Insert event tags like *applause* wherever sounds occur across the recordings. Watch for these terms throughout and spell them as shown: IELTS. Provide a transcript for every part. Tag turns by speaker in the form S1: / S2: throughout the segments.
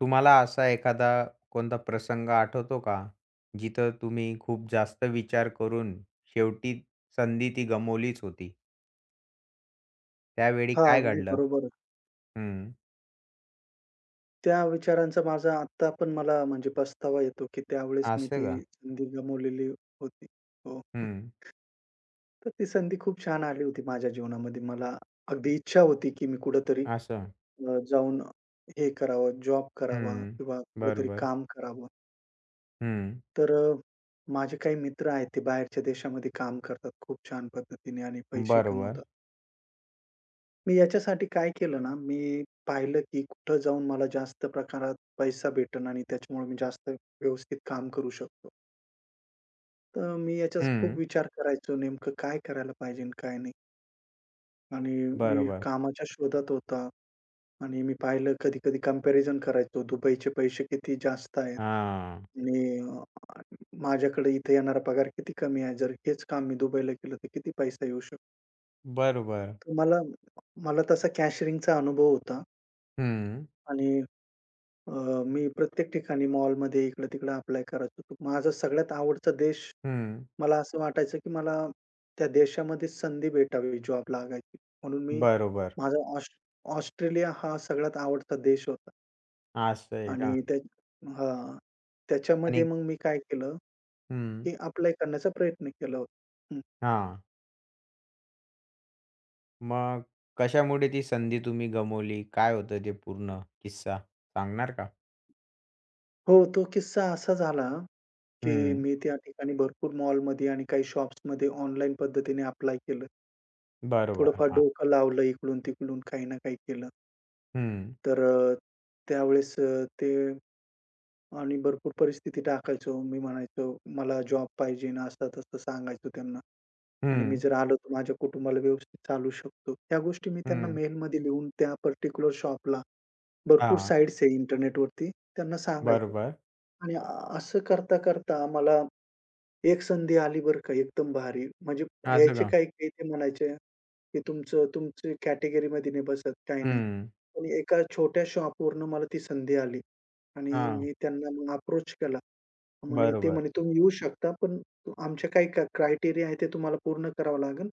S1: तुम्हाला असा एखादा कोणता प्रसंग आठवतो का? जिथं तुम्ही खूप जास्त विचार करून शेवटी संधी ती गमावलीच होती. त्यावेळी
S2: हां,
S1: काय
S2: अगदी
S1: घडलं?
S2: बरोबर.
S1: हं.
S2: त्या विचारांचा माझा आत्ता पण मला म्हणजे पस्तावा येतो, की त्यावेळेस मी
S1: असं
S2: ती
S1: का?
S2: संधी गमावलेली होती. हो.
S1: हं.
S2: तर ती संधी खूप छान आली होती माझ्या जीवनामध्ये. मला अगदी इच्छा होती, की मी कुठेतरी
S1: असं.
S2: जाऊन हे करावं, जॉब करावा
S1: हं.
S2: किंवा कुठेतरी
S1: बरोबर.
S2: काम करावं.
S1: हं.
S2: तर माझे काही मित्र आहेत, ते बाहेरच्या देशामध्ये काम करतात खूप छान पद्धतीने आणि पैसे
S1: बरोबर.
S2: कमवतात. मी याच्यासाठी काय केलं ना, मी पाहिलं की कुठं जाऊन मला जास्त प्रकारात पैसा भेटेल आणि त्याच्यामुळे मी जास्त व्यवस्थित काम करू शकतो. तर मी याचा खूप
S1: हं.
S2: विचार करायचो नेमकं काय करायला पाहिजे आणि काय नाही. आणि मी
S1: बरोबर.
S2: कामाच्या शोधात होता आणि मी पाहिलं कधी-कधी कंपॅरिझन करायचो. दुबईचे पैसे किती जास्त आहेत
S1: हां.
S2: आणि माझ्याकडे इथे येणारा पगार किती कमी आहे. जर हेच काम मी दुबईला केलं तर किती पैसा येऊ शकतो.
S1: बरोबर.
S2: तर मला मला तसा कॅशरिंगचा अनुभव होता
S1: हं.
S2: आणि मी प्रत्येक ठिकाणी मॉलमध्ये इकडं-तिकडं अप्लाय करायचो. माझा सगळ्यात आवडता देश
S1: हं.
S2: मला असं वाटायचं, की मला त्या देशामध्ये संधी भेटावी जॉब लागायची. म्हणून मी
S1: बरोबर.
S2: माझा ऑस्ट्रेलिया हा सगळ्यात आवडता देश होता
S1: असं आहे का?
S2: आणि त्या हां. त्याच्यामध्ये
S1: आणि
S2: मग मी काय केलं,
S1: हं.
S2: की अप्लाय करण्याचा प्रयत्न केला होता. हं.
S1: हां. मग कशामुळे ती संधी तुम्ही गमावली? काय होतं ते पूर्ण किस्सा सांगणार का?
S2: हो, तो किस्सा असा झाला, की
S1: हं.
S2: मी त्या ठिकाणी भरपूर मॉलमध्ये आणि काही शॉप्समध्ये ऑनलाईन पद्धतीने अप्लाय केलं.
S1: बरोबर.
S2: थोडंफार
S1: हां.
S2: डोकं लावलं इकडून-तिकडून काही ना काही केलं.
S1: हं.
S2: तर त्यावेळेस ते आणि भरपूर परिस्थिती टाकायचो. मी म्हणायचो, "मला जॉब पाहिजे" असं-तसं सांगायचो त्यांना आणि मी
S1: हं.
S2: जर आलो तर माझ्या कुटुंबाला व्यवस्थित चालवू शकतो. ह्या गोष्टी मी त्यांना
S1: हं.
S2: मेलमध्ये लिहून त्या पर्टिक्युलर शॉपला भरपूर
S1: हां.
S2: साइट्स आहे इंटरनेटवरती. त्यांना सांगायचं
S1: बरोबर.
S2: आणि असं करता-करता मला एक संधी आली बरं का एकदम भारी. म्हणजे
S1: असं
S2: यायचे
S1: का?
S2: काही-काही ते म्हणायचे, की तुमचं तुमची कॅटेगरीमध्ये नाही बसत, काही नाही.
S1: हं.
S2: पण एका छोट्या शॉपवरून मला ती संधी आली आणि
S1: हां.
S2: मी त्यांना मग अप्रोच केला. ते
S1: बरोबर.
S2: म्हणे, "तुम्ही येऊ शकता, पण आमच्या काही क्रायटेरिया आहे ते तुम्हाला पूर्ण करावं लागेल."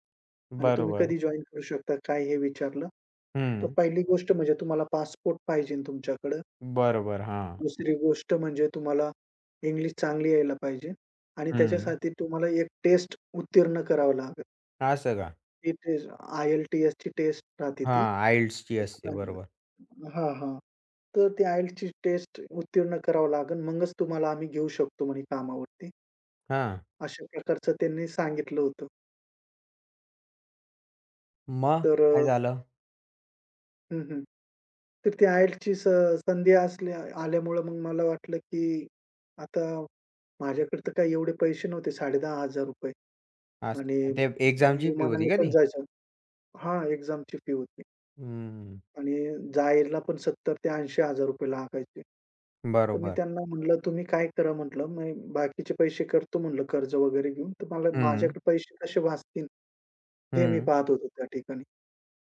S2: आणि तुम्ही
S1: बरोबर.
S2: कधी जॉइन करू शकता, काय हे विचारलं. तर
S1: हं.
S2: पहिली गोष्ट म्हणजे तुम्हाला पासपोर्ट पाहिजे तुमच्याकडं.
S1: बरोबर. हां.
S2: दुसरी गोष्ट म्हणजे तुम्हाला इंग्लिश चांगली यायला पाहिजे आणि
S1: हं.
S2: त्याच्यासाठी तुम्हाला एक टेस्ट उत्तीर्ण करावं लागेल.
S1: असं का?
S2: ती टेस्ट आय-एल-टी-एसची टेस्ट राहते ती.
S1: हां. IELTSची असते.
S2: *unintelligible*
S1: बरोबर.
S2: हां, हां. तर ती आय-एल-ची टेस्ट उत्तीर्ण करावं लागेल. मगच तुम्हाला आम्ही घेऊ शकतो म्हणे कामावरती.
S1: हां.
S2: अशा प्रकारचं त्यांनी सांगितलं होतं.
S1: मग
S2: तर
S1: काय झालं?
S2: हं, हं. तर ती IELTSची संधी असल्या आल्यामुळं मग मला वाटलं, की आता माझ्याकडे तर काही एवढे पैसे नव्हते ₹10,500 आणि
S1: असं ते एक्झामची फी
S2: विमानाने
S1: होती का
S2: पण
S1: ती?
S2: जायचं हां, एक्झामची फी होती
S1: हं.
S2: आणि जायला पण ₹70,000 ते ₹80,000 लागायचे. तर मी
S1: बरोबर.
S2: त्यांना म्हटलं, "तुम्ही काय करा," म्हटलं, "मी बाकीचे पैसे करतो," म्हटलं, "कर्ज वगैरे घेऊन. तर मला
S1: हं.
S2: माझ्याकडे पैसे कसे वाचतील हे मी
S1: हं.
S2: पाहत होतो त्या ठिकाणी."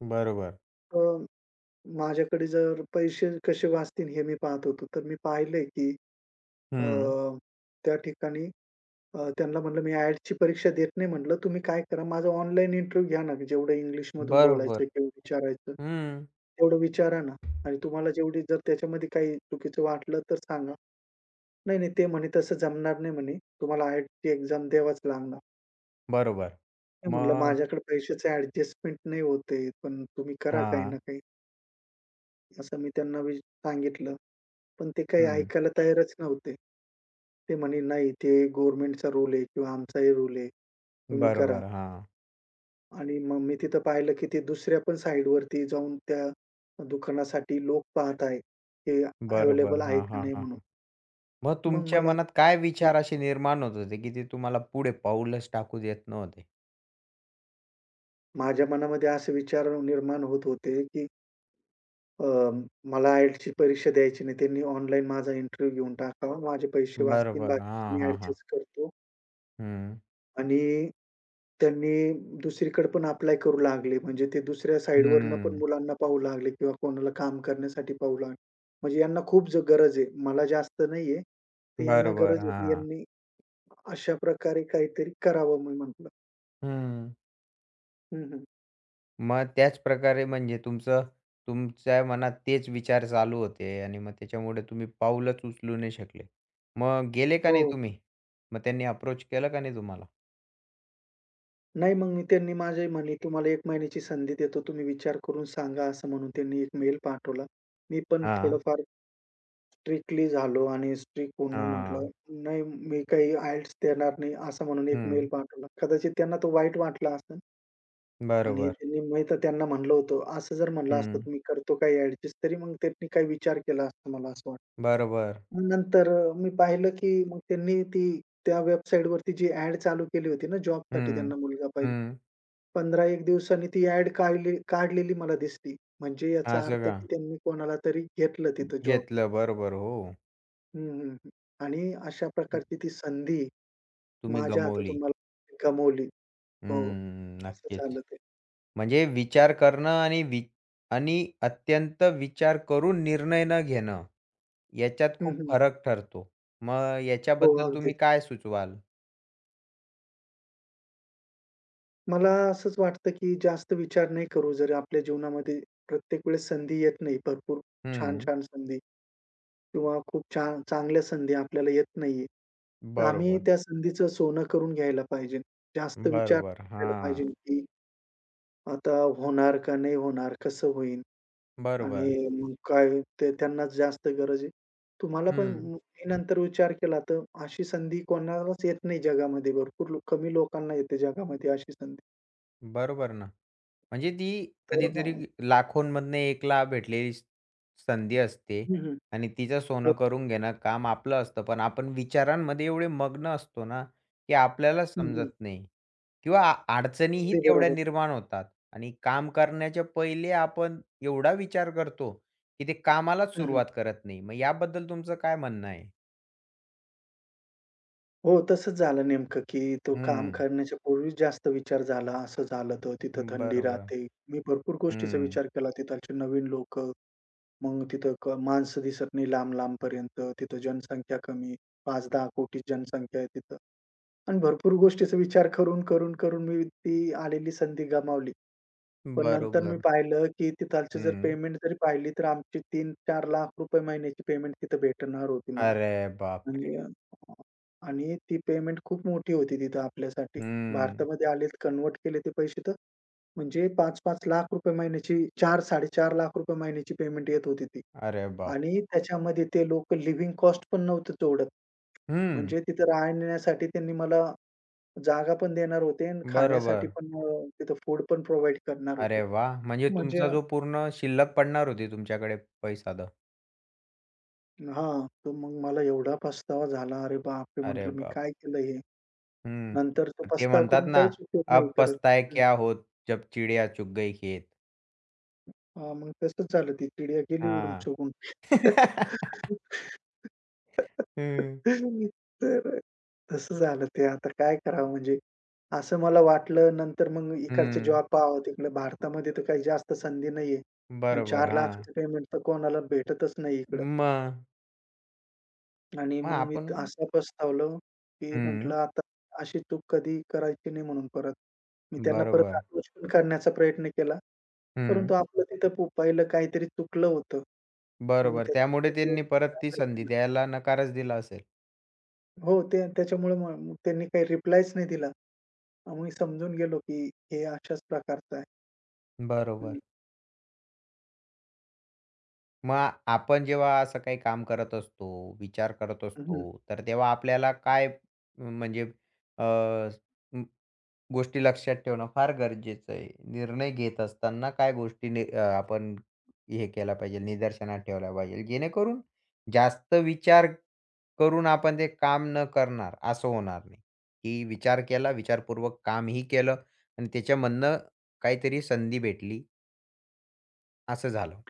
S1: बरोबर.
S2: तर माझ्याकडे जर पैसे कसे वाचतील हे मी पाहत होतो. तर मी पाहिलंय, की अ,
S1: हं.
S2: त्या ठिकाणी त्यांना म्हटलं, "मी IELTSची परीक्षा देत नाही," म्हटलं, "तुम्ही काय करा, माझा ऑनलाईन इंटरव्ह्यू घ्या ना, जेवढं इंग्लिशमधून
S1: बरोबर.
S2: बोलायचं किंवा विचारायचं,
S1: हं.
S2: तेवढं विचारा ना आणि तुम्हाला जेवढी जर त्याच्यामध्ये काही चुकीचं वाटलं तर सांगा." "नाही, नाही, ते म्हणे तसं जमणार नाही," म्हणे, "तुम्हाला IELTSची एक्झाम द्यावाच लागणार."
S1: बरोबर.
S2: मी म्हटलं,
S1: मग
S2: "माझ्याकडे पैशाचं ॲडजस्टमेंट नाही होत पण तुम्ही करा काही
S1: हां.
S2: ना काही." असं मी त्यांना सांगितलं. पण ते काही
S1: हं.
S2: ऐकायला तयारच नव्हते. ते म्हणे, "नाही, ते गव्हर्नमेंटचा रूल आहे किंवा आमचाही रूल आहे. तुम्ही करा."
S1: बरोबर. हां.
S2: आणि मग मी तिथं पाहिलं, की ते दुसऱ्या पण साइटवरती जाऊन त्या दुकानासाठी लोक पाहत आहे, ते
S1: बरोबर.
S2: अवेलेबल आहे
S1: हां,
S2: का
S1: हां,
S2: नाही म्हणून.
S1: हां. मग
S2: मग
S1: तुमच्या
S2: मला
S1: मनात काय
S2: की
S1: विचार असे निर्माण होत होते, की ते तुम्हाला पुढे पाऊलच टाकू देत नव्हते?
S2: माझ्या मनामध्ये असे विचार निर्माण होत होते, की अ, मला आयएलटीएसची परीक्षा द्यायची नाही. त्यांनी ऑनलाईन माझा इंटरव्ह्यू घेऊन टाकावा. माझे पैसे वाचतील.
S1: बरोबर.
S2: बाकीचं
S1: हां,
S2: मी
S1: हां, हां.
S2: ॲडजस्ट करतो.
S1: हं.
S2: आणि त्यांनी दुसरीकडे पण अप्लाय करू लागले. म्हणजे ते दुसऱ्या साइडवरनं पण
S1: हं.
S2: मुलांना पाहू लागले किंवा कोणाला काम करण्यासाठी पाहू लागले. म्हणजे यांना खूप गरज आहे. मला जास्त नाहीये. तर यांना
S1: बरोबर.
S2: गरज होती.
S1: हां.
S2: यांनी अशा प्रकारे काहीतरी करावं मी म्हटलं.
S1: हं.
S2: हं, हं.
S1: मग त्याच प्रकारे म्हणजे तुमचं तुमच्या मनात तेच विचार चालू होते आणि मग त्याच्यामुळे तुम्ही पाऊलच उचलू नाही शकले. मग गेले का
S2: हो.
S1: नाही तुम्ही? मग त्यांनी अप्रोच केलं का नाही तुम्हाला?
S2: नाही मग त्यांनी म्हणे, "तुम्हाला 1 महिन्याची संधी देतो. तुम्ही विचार करून सांगा." असं म्हणून त्यांनी एक मेल पाठवला. मी पण
S1: हां.
S2: थोडंफार स्ट्रिक्टली झालो आणि स्ट्रिक्ट होऊन मी म्हटलं,
S1: हां.
S2: "नाही, मी काही IELTS देणार नाही," असं म्हणून एक मेल
S1: हं.
S2: पाठवला. कदाचित त्यांना तो वाईट वाटला असेल आणि
S1: बरोबर.
S2: त्यांनी मी तर त्यांना म्हणलं होतं, "असं जर म्हणलं असतं, तर
S1: हं.
S2: मी करतो काही ॲडजस्ट," तरी मग त्यांनी काही विचार केला असता, मला असं वाटतं.
S1: बरोबर.
S2: मग नंतर मी पाहिलं की मग त्यांनी त्या वेबसाईटवरती जी ॲड चालू केली होती ना जॉबसाठी
S1: हं.
S2: त्यांना मुलगा पाहिजे.
S1: हं.
S2: 15-1 दिवसांनी ती ॲड काढलेली मला दिसली. म्हणजे याचा
S1: असं
S2: अर्थ
S1: का?
S2: की त्यांनी कोणाला तरी घेतलं तिथं जॉबला.
S1: घेतलं. बरोबर. हो.
S2: हं, हं, हं. आणि अशा प्रकारची ती संधी
S1: तुम्ही
S2: माझ्या हातातून
S1: गमावली.
S2: हं. मला गमावली. हो,
S1: हं.
S2: असं
S1: नक्कीच.
S2: झालं ते.
S1: म्हणजे विचार करणं आणि आणि अत्यंत विचार करून निर्णय न घेणं याच्यात
S2: हं,
S1: खूप
S2: हं.
S1: फरक ठरतो. मग
S2: हो,
S1: याच्याबद्दल तुम्ही
S2: अगदीच.
S1: काय सुचवाल?
S2: मला असंच वाटतं, की जास्त विचार नाही करू. जर आपल्या जीवनामध्ये प्रत्येक वेळेस संधी येत नाही, भरपूर
S1: हं.
S2: छान-छान संधी किंवा खूप छान चांगल्या संधी आपल्याला येत नाहीये. तर आम्ही
S1: बरोबर.
S2: त्या संधीचं सोनं करून घ्यायला पाहिजे. जास्त विचार
S1: बरोबर.
S2: करायला
S1: हां.
S2: पाहिजे, की आता होणार का नाही होणार? कसं होईल?
S1: बरोबर.
S2: आणि मग काय ते त्यांनाच जास्त गरज आहे. तुम्हाला पण
S1: हं.
S2: मी नंतर विचार केला तर अशी संधी कोणालाच येत नाही जगामध्ये. भरपूर लोक कमी लोकांना येते जगामध्ये अशी संधी.
S1: बरोबर ना. म्हणजे ती
S2: तर
S1: कधीतरी
S2: मग
S1: लाखोंमधनं 1ला भेटलेली संधी असते
S2: हं, हं.
S1: आणि तिचं
S2: हो.
S1: सोनं करून घेणं काम आपलं असतं. पण आपण विचारांमध्ये एवढे मग्न असतो ना, की आपल्याला
S2: हं, हं.
S1: समजत नाही किंवा अडचणीही
S2: अगदी
S1: तेवढ्या
S2: बरोबर.
S1: निर्माण होतात आणि काम करण्याच्या पहिले आपण एवढा विचार करतो, की ते कामालाच
S2: हं, हं.
S1: सुरुवात करत नाही. मग याबद्दल तुमचं काय म्हणणं आहे?
S2: हो, तसंच झालं नेमकं, की तो काम
S1: हं.
S2: करण्याच्या पूर्वीच जास्त विचार झाला, असं झालं तर तिथं थंडी
S1: बरोबर.
S2: राहते. मी भरपूर गोष्टीचा
S1: हं.
S2: विचार केला तिथालचे नवीन लोकं मग तिथं माणसं दिसत नाही लांब-लांबपर्यंत. तिथं जनसंख्या कमी, 5-10 कोटी जनसंख्या आहे तिथं. आणि भरपूर गोष्टीचा विचार करून, करून, करून मी ती आलेली संधी गमावली. पण नंतर मी
S1: बरोबर.
S2: पाहिलं, की तिथालची जर
S1: हं.
S2: पेमेंट जरी पाहिली, तर आमची ₹3-4 लाख रुपये महिन्याची पेमेंट तिथं भेटणार होती मला.
S1: अरे बापरे!
S2: म्हणजे अ, आणि ती पेमेंट खूप मोठी होती तिथं आपल्यासाठी.
S1: हं.
S2: भारतामध्ये आलेत, कन्व्हर्ट केले ते पैसे तर म्हणजे 5-5 लाख रुपये महिन्याची 4-4.5 लाख रुपये महिन्याची पेमेंट येत होती ती.
S1: अरे बाप
S2: आणि त्याच्यामध्ये ते लोकं लिव्हिंग कॉस्ट पण नव्हतं तेवढं.
S1: हं,
S2: म्हणजे तिथं राहण्यासाठी त्यांनी मला जागा पण देणार होते आणि खाण्यासाठी
S1: बरोबर.
S2: पण तिथं फूड पण प्रोव्हाईड करणार होते.
S1: अरे वाह! म्हणजे
S2: म्हणजे
S1: तुमचा जो पूर्ण शिल्लक पडणार होती तुमच्याकडे पैसा तर.
S2: हां, तर मग मला एवढा पछतावा झाला. अरे बापरे!
S1: अरे
S2: म्हटलं मी
S1: बाप!
S2: काय केलं हे?
S1: हं.
S2: नंतर तो
S1: ते
S2: पस्ताव
S1: म्हणतात
S2: करून
S1: ना,
S2: काहीच उपयोग नाही
S1: "अब
S2: करत.
S1: पछता
S2: हं.
S1: क्या होत, जब चिड़िया चुग गई खेत."
S2: हां, मग तसंच झालं ती चिडिया गेली उडून
S1: हां.
S2: चुकून.
S1: हं. हं. *laughs*
S2: तर तसं झालं ते आता काय करावं म्हणजे. असं मला वाटलं नंतर मग इकडचे जॉब पहावं तिकडे भारतामध्ये तर काही जास्त संधी नाहीये आणि
S1: बरोबर. हां.
S2: 4,00,000चं पेमेंट तर कोणाला भेटतच नाही इकडं.
S1: मग?
S2: आणि
S1: मग
S2: मग मी
S1: आपण
S2: असं पस्तावलो, की
S1: हं.
S2: म्हटलं आता अशी चूक कधी करायची नाही म्हणून परत. मी त्यांना परत
S1: बरोबर.
S2: अप्रोच पण करण्याचा प्रयत्न केला.
S1: हं.
S2: परंतु आपलं तिथं पहिलं काहीतरी चुकलं होतं. मग
S1: बरोबर. त्यामुळे
S2: त्याच्यामुळे ते
S1: त्यांनी परत
S2: काय
S1: ती
S2: माहिती
S1: संधी
S2: नाही.
S1: द्यायला नकारच दिला असेल.
S2: हो, ते त्याच्यामुळे मग मग त्यांनी काही रिप्लायच नाही दिला. आम्ही समजून गेलो, की हे अशाच प्रकारचं आहे.
S1: बरोबर. मग आपण जेव्हा असं काही काम करत असतो, विचार करत
S2: हं, हं.
S1: असतो, तर तेव्हा आपल्याला काय म्हणजे अ, म गोष्टी लक्षात ठेवणं फार गरजेचं आहे. निर्णय घेत असताना काय गोष्टी आपण हे केला पाहिजे, निदर्शनात ठेवल्या पाहिजे, जेणेकरून जास्त विचार करून आपण ते काम न करणार असं होणार नाही, की विचार केला, विचारपूर्वक कामही केलं आणि त्याच्यामधनं काहीतरी संधी भेटली असं झालं.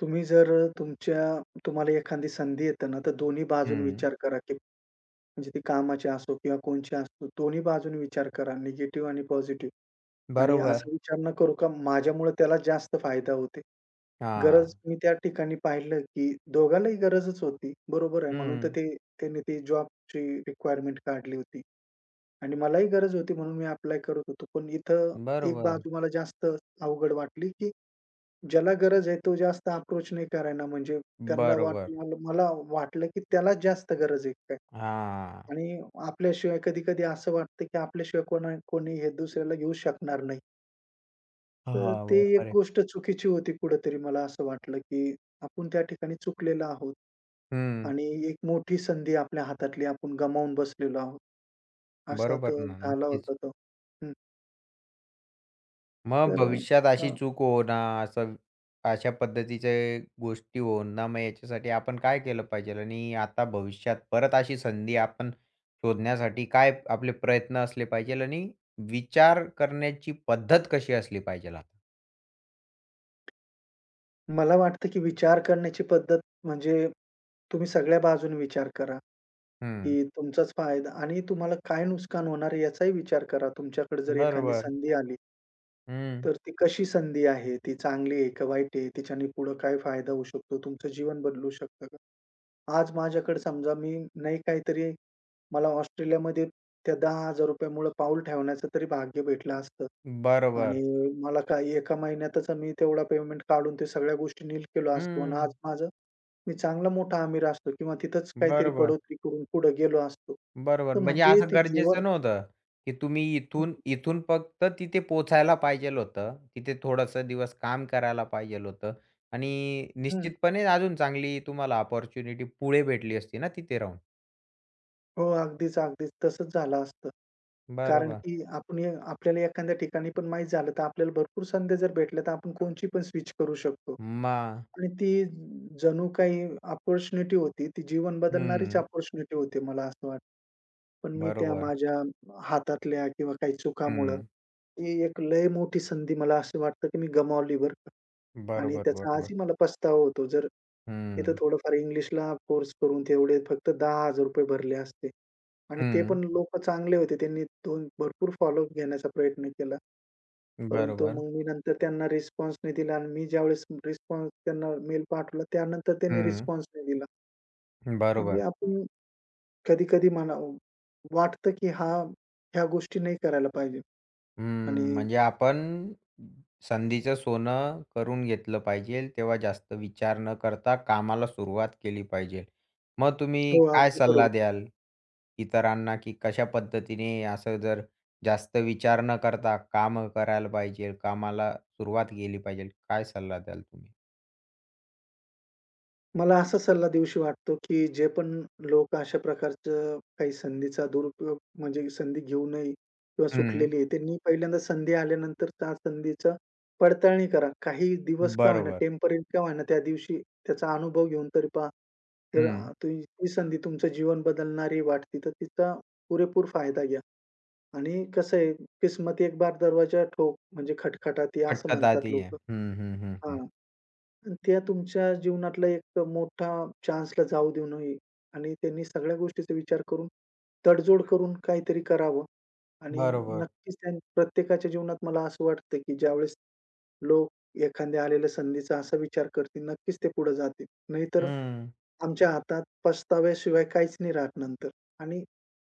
S2: तुम्ही जर तुमच्या तुम्हाला एखादी संधी येते ना, तर दोन्ही बाजूने
S1: हं,
S2: विचार करा, की म्हणजे ती कामाची असो किंवा कोणची असो, दोन्ही बाजूने विचार करा, निगेटिव्ह आणि पॉझिटिव्ह आणि
S1: बरोबर.
S2: असा विचार न करू का माझ्यामुळे त्याला जास्त फायदा होते. गरज
S1: हां.
S2: मी त्या ठिकाणी पाहिलं, की दोघांनाही गरजच होती. बरोबर आहे. म्हणून तर
S1: हं.
S2: ते त्यांनी ती जॉबची रिक्वायरमेंट काढली होती आणि मलाही गरज होती म्हणून मी अप्लाय करत होतो. पण इथं एक
S1: बरोबर,
S2: बाजू मला जास्त अवघड वाटली, की ज्याला गरज आहे तो जास्त अप्रोच नाही करायला म्हणजे त्यांना
S1: बरोबर.
S2: वाटलं मला वाटलं, की त्यालाच जास्त गरज आहे काय
S1: हां.
S2: आणि आपल्याशिवाय कधी-कधी असं वाटतं, की आपल्याशिवाय कोणी हे दुसऱ्याला घेऊ शकणार नाही. तर
S1: हां,
S2: ते
S1: बरोबर
S2: एक
S1: आहे.
S2: गोष्ट चुकीची होती कुठेतरी मला असं वाटलं, की आपण त्या ठिकाणी चुकलेलो आहोत.
S1: हं.
S2: आणि एक मोठी संधी आपल्या हातातली आपण गमावून बसलेलो आहोत. असा
S1: बरोबर
S2: तो
S1: ना,
S2: झाला
S1: नक्कीच.
S2: होता तो. हं.
S1: मग
S2: तर
S1: भविष्यात अशी
S2: अ,
S1: चूक होणार असं अशा पद्धतीचे गोष्टी होणार मग याच्यासाठी आपण काय केलं पाहिजेल आणि आता भविष्यात परत अशी संधी आपण शोधण्यासाठी काय आपले प्रयत्न असले पाहिजेल आणि विचार करण्याची पद्धत कशी असली पाहिजेल आता?
S2: मला वाटतं, की विचार करण्याची पद्धत म्हणजे तुम्ही सगळ्या बाजूने विचार करा,
S1: हं.
S2: की तुमचाच फायदा आणि तुम्हाला काय नुकसान होणार आहे याचाही विचार करा. तुमच्याकडे जर एखादी
S1: बरोबर.
S2: संधी आली,
S1: हं.
S2: तर ती कशी संधी आहे? ती चांगली आहे का वाईट आहे? तिच्याने पुढे काय फायदा होऊ शकतो? तुमचं जीवन बदलू शकतं का? आज माझ्याकडे समजा मी नाही काहीतरी मला ऑस्ट्रेलियामध्ये त्या ₹10,000 मुळे पाऊल ठेवण्याचं तरी भाग्य भेटलं असतं.
S1: बरोबर.
S2: आणि मला काय एका महिन्यातच मी तेवढा पेमेंट काढून ते सगळ्या गोष्टी नील केलो असतो आणि
S1: हं.
S2: आज माझं मी चांगला मोठा अमीर असतो किंवा तिथंच काहीतरी
S1: बरोबर.
S2: बढोतरी करून पुढे गेलो असतो.
S1: बरोबर.
S2: तर
S1: म्हणजे
S2: म्हणजे
S1: असं
S2: ते जीवन
S1: गरजेचं नव्हतं, की तुम्ही इथून इथून फक्त तिथे पोचायला पाहिजेल होतं. तिथे थोडंसं दिवस काम करायला पाहिजेल होतं आणि
S2: हं.
S1: निश्चितपणे अजून चांगली तुम्हाला अपॉर्च्युनिटी पुढे भेटली असती ना तिथे राहून.
S2: हो, अगदीच, अगदीच. तसंच झालं असतं. कारण
S1: बरोबर.
S2: की आपण आपल्याला एखाद्या ठिकाणी पण माहीत झालं, तर आपल्याला भरपूर संधी जर भेटल्या, तर आपण कोणची पण स्विच करू शकतो.
S1: मग
S2: आणि ती जणू काही अपॉर्च्युनिटी होती. ती जीवन बदलणारीच
S1: हं.
S2: अपॉर्च्युनिटी होती, मला असं वाटतं. पण मी त्या
S1: बरोबर.
S2: माझ्या हातातल्या किंवा काही चुकामुळं,
S1: हं.
S2: ती एक लय मोठी संधी मला असं वाटतं, की मी गमावली बरं का. आणि
S1: बरोबर,
S2: त्याचा
S1: बरोबर.
S2: आजही मला पस्तावा होतो. जर तिथं
S1: हं.
S2: थोडंफार इंग्लिशला कोर्स करून तेवढे फक्त ₹10,000 भरले असते. आणि ते
S1: हं.
S2: पण लोकं चांगले होते. त्यांनी दोन भरपूर फॉलोअप घेण्याचा प्रयत्न केला. परंतु
S1: बरोबर.
S2: मग मी नंतर त्यांना रिस्पॉन्स नाही दिला आणि मी ज्यावेळेस रिस्पॉन्स त्यांना मेल पाठवला, त्यानंतर त्यांनी
S1: हं.
S2: रिस्पॉन्स नाही दिला. म्हणजे
S1: बरोबर.
S2: आपण कधी-कधी म्हणा वाटतं, की हा ह्या गोष्टी नाही करायला पाहिजे आणि
S1: हम्म, म्हणजे आपण संधीचं सोनं करून घेतलं पाहिजे, तेव्हा जास्त विचार न करता कामाला सुरुवात केली पाहिजे. मग तुम्ही
S2: हो,
S1: काय
S2: अगदी
S1: सल्ला
S2: बरोबर.
S1: द्याल इतरांना, की कशा पद्धतीने असं जर जास्त विचार न करता कामं करायला पाहिजे, कामाला सुरुवात केली पाहिजे, काय सल्ला द्याल तुम्ही?
S2: मला असा सल्ला देऊशी वाटतो, की जे पण लोक अशा प्रकारचं काही संधीचा दुरुपयोग म्हणजे संधी घेऊ नये किंवा
S1: हं,
S2: सुटलेली आहे, त्यांनी पहिल्यांदा संधी आल्यानंतर त्या संधीचा पडताळणी करा. काही दिवस का होईना,
S1: बरोबर.
S2: टेम्पररी का होईना, त्या दिवशी त्याचा अनुभव घेऊन तरी पहा. जर
S1: हं,
S2: ती ती संधी तुमचं जीवन बदलणारी वाटते, तर तिचा पुरेपूर फायदा घ्या. आणि कसं आहे, किस्मत एक बार दरवाजा ठोक म्हणजे खटखटाती असं
S1: खटखटा
S2: म्हणतात
S1: ती आहे.
S2: लोकं.
S1: हं, हं, हं,
S2: हां.
S1: हं.
S2: आणि त्या तुमच्या जीवनातला एक मोठा चान्सला जाऊ देऊ नये आणि त्यांनी सगळ्या गोष्टीचा विचार करून, तडजोड करून काहीतरी करावं आणि
S1: बरोबर.
S2: नक्कीच त्या प्रत्येकाच्या जीवनात मला असं वाटतं, की ज्यावेळेस लोक एखाद्या आलेल्या संधीचा असा विचार करतील, नक्कीच ते पुढे जातील. नाहीतर
S1: हं,
S2: आमच्या हातात पस्ताव्याशिवाय काहीच नाही राहत नंतर आणि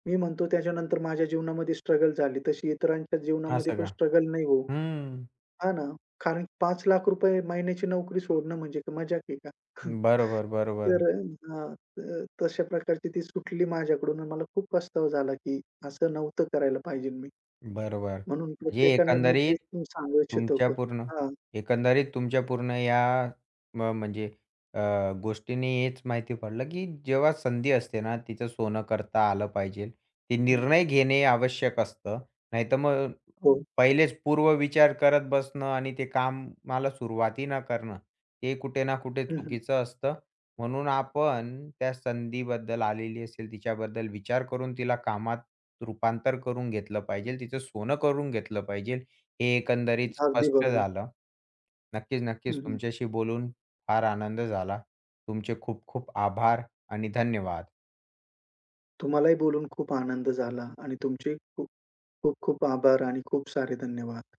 S2: मी म्हणतो त्याच्यानंतर माझ्या जीवनामध्ये स्ट्रगल झाली, तशी इतरांच्या जीवनामध्ये
S1: असं
S2: पण
S1: का?
S2: स्ट्रगल नाही हो.
S1: हं,
S2: हां ना. कारण ₹5,00,000 महिन्याची नोकरी सोडणं म्हणजे काय मजाक आहे का? *laughs*
S1: बरोबर, बरोबर.
S2: तर हां, तर तशा प्रकारची ती सुटली माझ्याकडून आणि मला खूप पस्तावा झाला, की असं नव्हतं करायला पाहिजे मी.
S1: बरोबर.
S2: म्हणून
S1: म्हणजे
S2: प्रत्येकाने मी
S1: एकंदरीत
S2: तेच सांगू इच्छितो
S1: तुमच्या
S2: हो.
S1: पूर्ण
S2: हां,
S1: तुमच्या पूर्ण या म्हणजे अ, गोष्टीने हेच माहिती पडलं, की जेव्हा संधी असते ना, तिचं सोनं करता आलं पाहिजे. ते
S2: हं,
S1: निर्णय घेणे आवश्यक असतं. नाहीतर मग
S2: हो. हो.
S1: पहिलेच पूर्व विचार करत बसणं आणि ते कामाला सुरुवातही न करणं, हे कुठे ना कुठे
S2: हं, हं.
S1: चुकीचं असतं. म्हणून आपण त्या संधीबद्दल आलेली असेल, तिच्याबद्दल विचार करून तिला कामात रूपांतर करून घेतलं पाहिजे. तिचं सोनं करून घेतलं पाहिजे. हे एकंदरीत
S2: अगदी
S1: स्पष्ट
S2: बरोबर.
S1: झालं. नक्कीच, नक्कीच
S2: हं, हं.
S1: तुमच्याशी बोलून फार आनंद झाला. तुमचे खूप खूप आभार आणि धन्यवाद.
S2: तुम्हालाही बोलून खूप आनंद झाला आणि तुमचे खूप खूप खूप आभार आणि खूप सारे धन्यवाद.